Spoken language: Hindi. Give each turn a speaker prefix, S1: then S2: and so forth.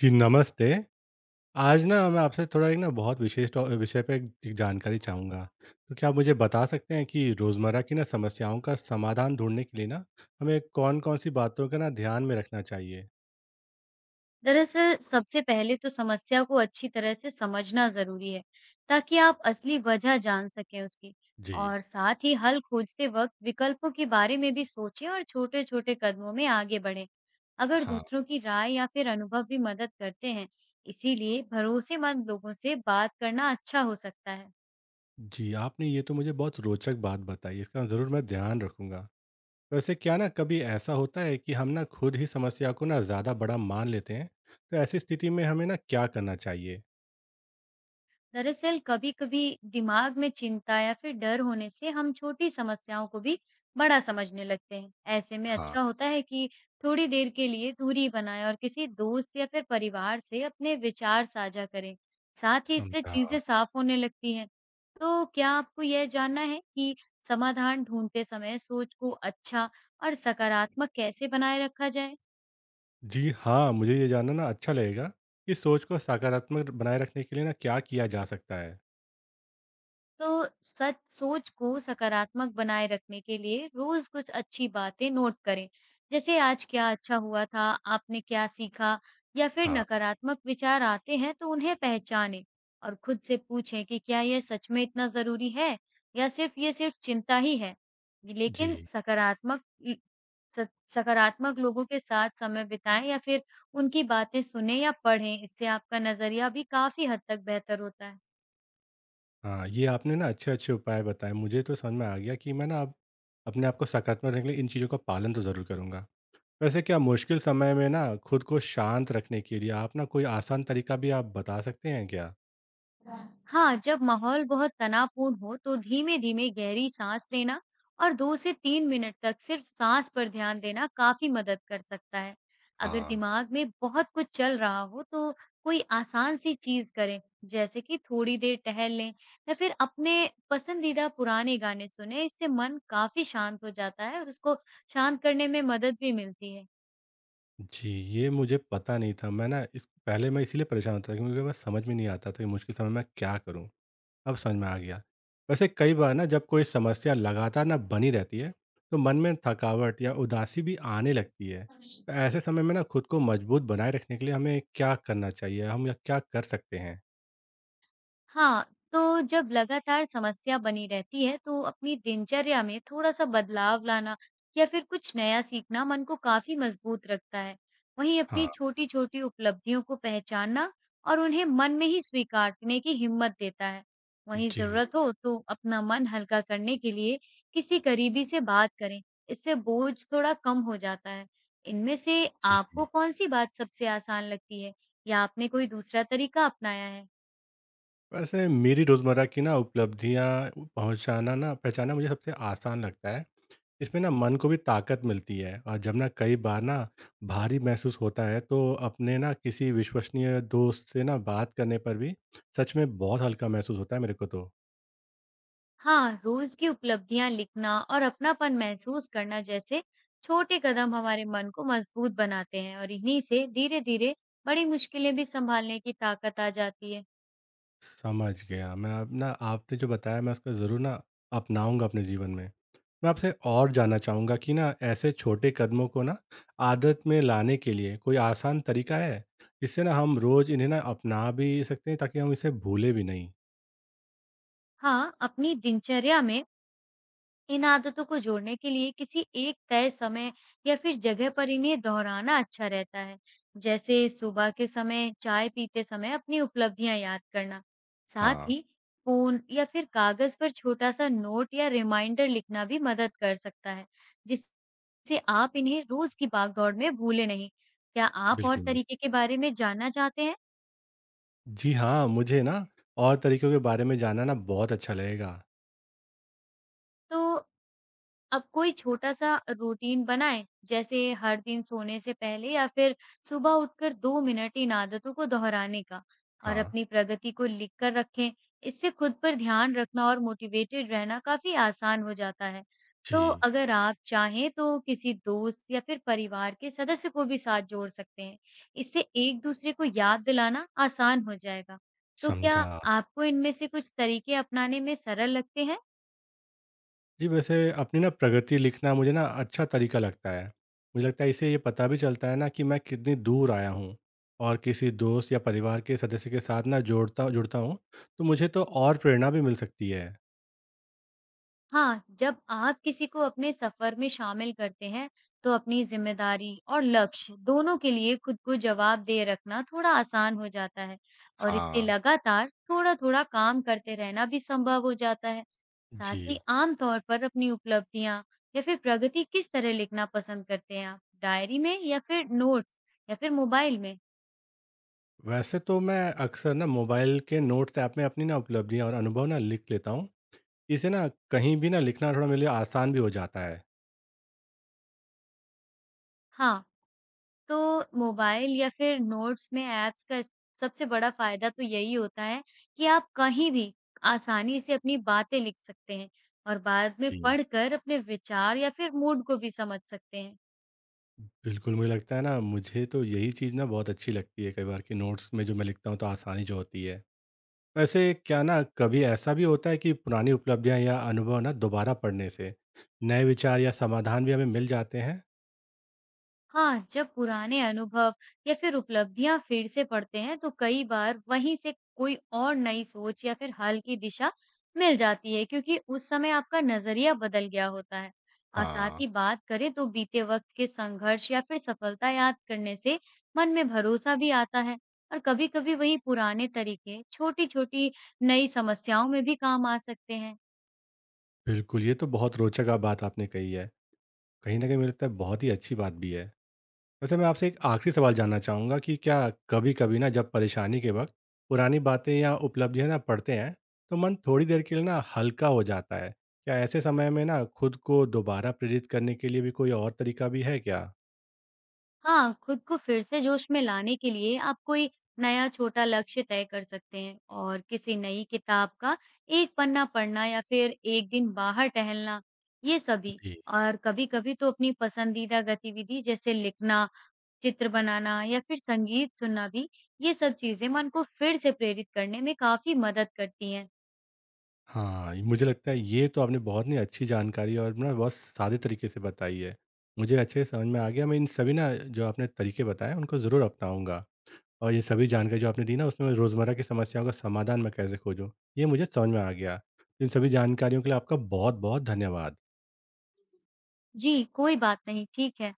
S1: जी, नमस्ते। आज ना मैं आपसे थोड़ा एक ना बहुत विशेष टॉ विषय पे एक जानकारी चाहूँगा। तो क्या आप मुझे बता सकते हैं कि रोज़मर्रा की ना समस्याओं का समाधान ढूँढने के लिए ना, हमें कौन-कौन सी बातों का ना ध्यान में रखना चाहिए?
S2: दरअसल सबसे पहले तो समस्या को अच्छी तरह से समझना ज़रूरी है, ताकि आप असली वजह जान सकें उसकी।
S1: जी,
S2: और साथ ही हल खोजते वक्त विकल्पों के बारे में भी सोचें और छोटे-छोटे कदमों में आगे बढ़ें। अगर
S1: हाँ।
S2: दूसरों की राय या फिर अनुभव भी मदद करते हैं, इसीलिए भरोसेमंद लोगों से बात करना अच्छा हो सकता है।
S1: जी, आपने ये तो मुझे बहुत रोचक बात बताई, इसका ज़रूर मैं ध्यान रखूँगा। वैसे क्या ना कभी ऐसा होता है कि हम ना खुद ही समस्या को ना ज़्यादा बड़ा मान लेते हैं, तो ऐसी स्थिति में हमें ना क्या करना चाहिए?
S2: दरअसल कभी-कभी दिमाग में चिंता या फिर डर होने से हम छोटी समस्याओं को भी बड़ा समझने लगते हैं। ऐसे में
S1: हाँ।
S2: अच्छा होता है कि थोड़ी देर के लिए दूरी बनाएं और किसी दोस्त या फिर परिवार से अपने विचार साझा करें। साथ ही इससे
S1: समझा।
S2: चीजें साफ होने लगती हैं। तो क्या आपको यह जानना है कि समाधान ढूंढते समय सोच को अच्छा और सकारात्मक कैसे बनाए रखा जाए?
S1: जी हाँ, मुझे ये जानना ना अच्छा लगेगा। इस सोच को सकारात्मक बनाए रखने के लिए ना क्या किया जा सकता है?
S2: तो सच सोच को सकारात्मक बनाए रखने के लिए रोज कुछ अच्छी बातें नोट करें। जैसे आज क्या अच्छा हुआ था, आपने क्या सीखा, या फिर
S1: हाँ।
S2: नकारात्मक विचार आते हैं तो उन्हें पहचानें और खुद से पूछें कि क्या यह सच में इतना जरूरी है या सिर्फ चिंता ही है। लेकिन
S1: जी
S2: सकारात्मक लोगों के साथ समय बिताएं या फिर उनकी बातें सुने या पढ़ें। इससे आपका नजरिया भी काफी हद तक बेहतर होता है।
S1: हाँ, ये आपने ना अच्छे अच्छे उपाय बताए, मुझे तो समझ में आ गया कि मैं ना अब अपने आप को सकारात्मक रखने के लिए इन चीज़ों का पालन तो ज़रूर करूँगा। वैसे क्या मुश्किल समय में ना खुद को शांत रखने के लिए आप ना कोई आसान तरीका भी आप बता सकते हैं क्या?
S2: हाँ, जब माहौल बहुत तनावपूर्ण हो तो धीमे-धीमे गहरी सांस लेना और 2 से 3 मिनट तक सिर्फ सांस पर ध्यान देना काफी मदद कर सकता है। अगर
S1: हाँ।
S2: दिमाग में बहुत कुछ चल रहा हो तो कोई आसान सी चीज करें, जैसे कि थोड़ी देर टहल लें या फिर अपने पसंदीदा पुराने गाने सुनें। इससे मन काफी शांत हो जाता है और उसको शांत करने में मदद भी मिलती
S1: जी, ये मुझे पता नहीं था। मैं ना इस पहले मैं इसीलिए परेशान होता था क्योंकि मुझे बस समझ में नहीं आता था कि मुश्किल समय में क्या करूँ। अब समझ में आ गया। वैसे कई बार ना जब कोई समस्या लगातार ना बनी रहती है, तो मन में थकावट या उदासी भी आने लगती है।
S2: है।
S1: तो ऐसे समय में ना खुद को मजबूत बनाए रखने के लिए हमें क्या करना चाहिए? हम क्या कर सकते हैं?
S2: हाँ, तो जब लगातार समस्या बनी रहती है तो अपनी दिनचर्या में थोड़ा-सा बदलाव लाना या फिर कुछ नया सीखना मन को काफ़ी मजबूत रखता है। वहीं अपनी
S1: हाँ।
S2: छोटी-छोटी उपलब्धियों को पहचानना और उन्हें मन में ही स्वीकारने की हिम्मत देता है। वहीं
S1: जी,
S2: ज़रूरत हो तो अपना मन हल्का करने के लिए किसी करीबी से बात करें। इससे बोझ थोड़ा कम हो जाता है। इनमें से आपको
S1: जी।
S2: कौन-सी बात सबसे आसान लगती है, या आपने कोई दूसरा तरीका अपनाया है?
S1: वैसे मेरी रोज़मर्रा की ना उपलब्धियाँ पहुँचाना ना पहचानना मुझे सबसे आसान लगता है। इसमें ना मन को भी ताकत मिलती है, और जब ना कई बार ना भारी महसूस होता है, तो अपने ना किसी विश्वसनीय दोस्त से ना बात करने पर भी सच में बहुत हल्का महसूस होता है मेरे को तो।
S2: हाँ, रोज़ की उपलब्धियाँ लिखना और अपनापन महसूस करना जैसे छोटे कदम हमारे मन को मजबूत बनाते हैं, और इन्हीं से धीरे-धीरे बड़ी मुश्किलें भी सँभालने की ताकत आ जाती है।
S1: समझ गया मैं अब ना। आपने जो बताया, मैं उसका ज़रूर ना अपनाऊंगा अपने जीवन में। मैं आपसे और जानना चाहूँगा कि ना ऐसे छोटे कदमों को ना आदत में लाने के लिए कोई आसान तरीका है जिससे ना हम रोज़ इन्हें ना अपना भी सकते हैं, ताकि हम इसे भूले भी नहीं?
S2: हाँ, अपनी दिनचर्या में इन आदतों को जोड़ने के लिए किसी एक तय समय या फिर जगह पर इन्हें दोहराना अच्छा रहता है, जैसे सुबह के समय चाय पीते समय अपनी उपलब्धियां याद करना। साथ
S1: हाँ,
S2: ही फोन या फिर कागज पर छोटा सा नोट या रिमाइंडर लिखना भी मदद कर सकता है, जिससे आप इन्हें रोज की भागदौड़ में भूले नहीं। क्या आप और
S1: बिल्कुल।
S2: तरीके के बारे में जानना चाहते हैं?
S1: जी हाँ, मुझे ना और तरीकों के बारे में जानना ना बहुत अच्छा लगेगा।
S2: तो अब कोई छोटा-सा रूटीन बनाएँ, जैसे हर दिन सोने से पहले या फिर सुबह उठकर 2 मिनट इन आदतों को दोहराने का, और
S1: हाँ,
S2: अपनी प्रगति को लिख कर रखें। इससे खुद पर ध्यान रखना और मोटिवेटेड रहना काफ़ी आसान हो जाता है। तो
S1: जी,
S2: अगर आप चाहें तो किसी दोस्त या फिर परिवार के सदस्य को भी साथ जोड़ सकते हैं। इससे एक-दूसरे को याद दिलाना आसान हो जाएगा। तो क्या
S1: समझा।
S2: आपको इनमें से कुछ तरीके अपनाने में सरल लगते हैं?
S1: जी, वैसे अपनी ना प्रगति लिखना मुझे ना अच्छा तरीका लगता है। मुझे लगता है इससे ये पता भी चलता है ना कि मैं कितनी दूर आया हूँ। और किसी दोस्त या परिवार के सदस्य के साथ ना जोड़ता जुड़ता हूँ, तो मुझे तो और प्रेरणा भी मिल सकती है।
S2: हाँ, जब आप किसी को अपने सफर में शामिल करते हैं, तो अपनी जिम्मेदारी और लक्ष्य दोनों के लिए खुद को जवाबदेह रखना थोड़ा आसान हो जाता है, और इससे
S1: हाँ,
S2: लगातार थोड़ा-थोड़ा काम करते रहना भी संभव हो जाता है। साथ ही
S1: जी।
S2: आम तौर पर अपनी उपलब्धियाँ या फिर प्रगति किस तरह लिखना पसंद करते हैं आप? डायरी में, या फिर नोट्स, या फिर मोबाइल में?
S1: वैसे तो मैं अक्सर ना मोबाइल के नोट्स ऐप में अपनी ना उपलब्धियाँ और अनुभव ना लिख लेता हूँ। इससे ना कहीं भी ना लिखना थोड़ा मेरे लिए आसान भी हो जाता है।
S2: हाँ, तो मोबाइल या फिर नोट्स में ऐप्स का इस सबसे बड़ा फ़ायदा तो यही होता है कि आप कहीं भी आसानी से अपनी बातें लिख सकते हैं और बाद में
S1: जी,
S2: पढ़कर अपने विचार या फिर मूड को भी समझ सकते हैं।
S1: बिल्कुल। मुझे लगता है ना, मुझे तो यही चीज़ ना बहुत अच्छी लगती है कई बार कि नोट्स में जो मैं लिखता हूँ, तो आसानी जो होती है। वैसे क्या ना कभी ऐसा भी होता है कि पुरानी उपलब्धियाँ या अनुभव ना दोबारा पढ़ने से नए विचार या समाधान भी हमें मिल जाते हैं?
S2: हाँ, जब पुराने अनुभव या फिर उपलब्धियां फिर से पढ़ते हैं तो कई बार वहीं से कोई और नई सोच या फिर हल की दिशा मिल जाती है, क्योंकि उस समय आपका नजरिया बदल गया होता है। और साथ
S1: हाँ।
S2: ही बात करें तो बीते वक्त के संघर्ष या फिर सफलता याद करने से मन में भरोसा भी आता है, और कभी-कभी वही पुराने तरीके छोटी-छोटी नई समस्याओं में भी काम आ सकते हैं।
S1: बिल्कुल, ये तो बहुत रोचक आप बात आपने कही है। कहीं न कहीं मुझे लगता है बहुत ही अच्छी बात भी है। वैसे मैं आपसे एक आखिरी सवाल जानना चाहूँगा कि क्या कभी-कभी ना जब परेशानी के वक़्त पुरानी बातें या उपलब्धियाँ ना पढ़ते हैं, तो मन थोड़ी देर के लिए ना हल्का हो जाता है। क्या ऐसे समय में ना खुद को दोबारा प्रेरित करने के लिए भी कोई और तरीका भी है क्या?
S2: हाँ, खुद को फिर से जोश में लाने के लिए आप कोई नया छोटा लक्ष्य तय कर सकते हैं, और किसी नई किताब का एक पन्ना पढ़ना या फिर एक दिन बाहर टहलना, ये सभी।
S1: जी।
S2: और कभी-कभी तो अपनी पसंदीदा गतिविधि जैसे लिखना, चित्र बनाना या फिर संगीत सुनना भी, ये सब चीज़ें मन को फिर से प्रेरित करने में काफ़ी मदद करती हैं।
S1: हाँ, ये- मुझे लगता है ये तो आपने बहुत ही अच्छी जानकारी और ना बहुत सादे तरीके से बताई है। मुझे अच्छे से समझ में आ गया, मैं इन सभी ना जो आपने तरीके बताए उनको ज़रूर अपनाऊँगा। और ये सभी जानकारी जो आपने दी ना, उसमें मैं रोज़मर्रा की समस्याओं का समाधान मैं कैसे खोजूँ, ये मुझे समझ में आ गया। इन सभी जानकारियों के लिए आपका बहुत-बहुत धन्यवाद।
S2: जी, कोई बात नहीं, ठीक है।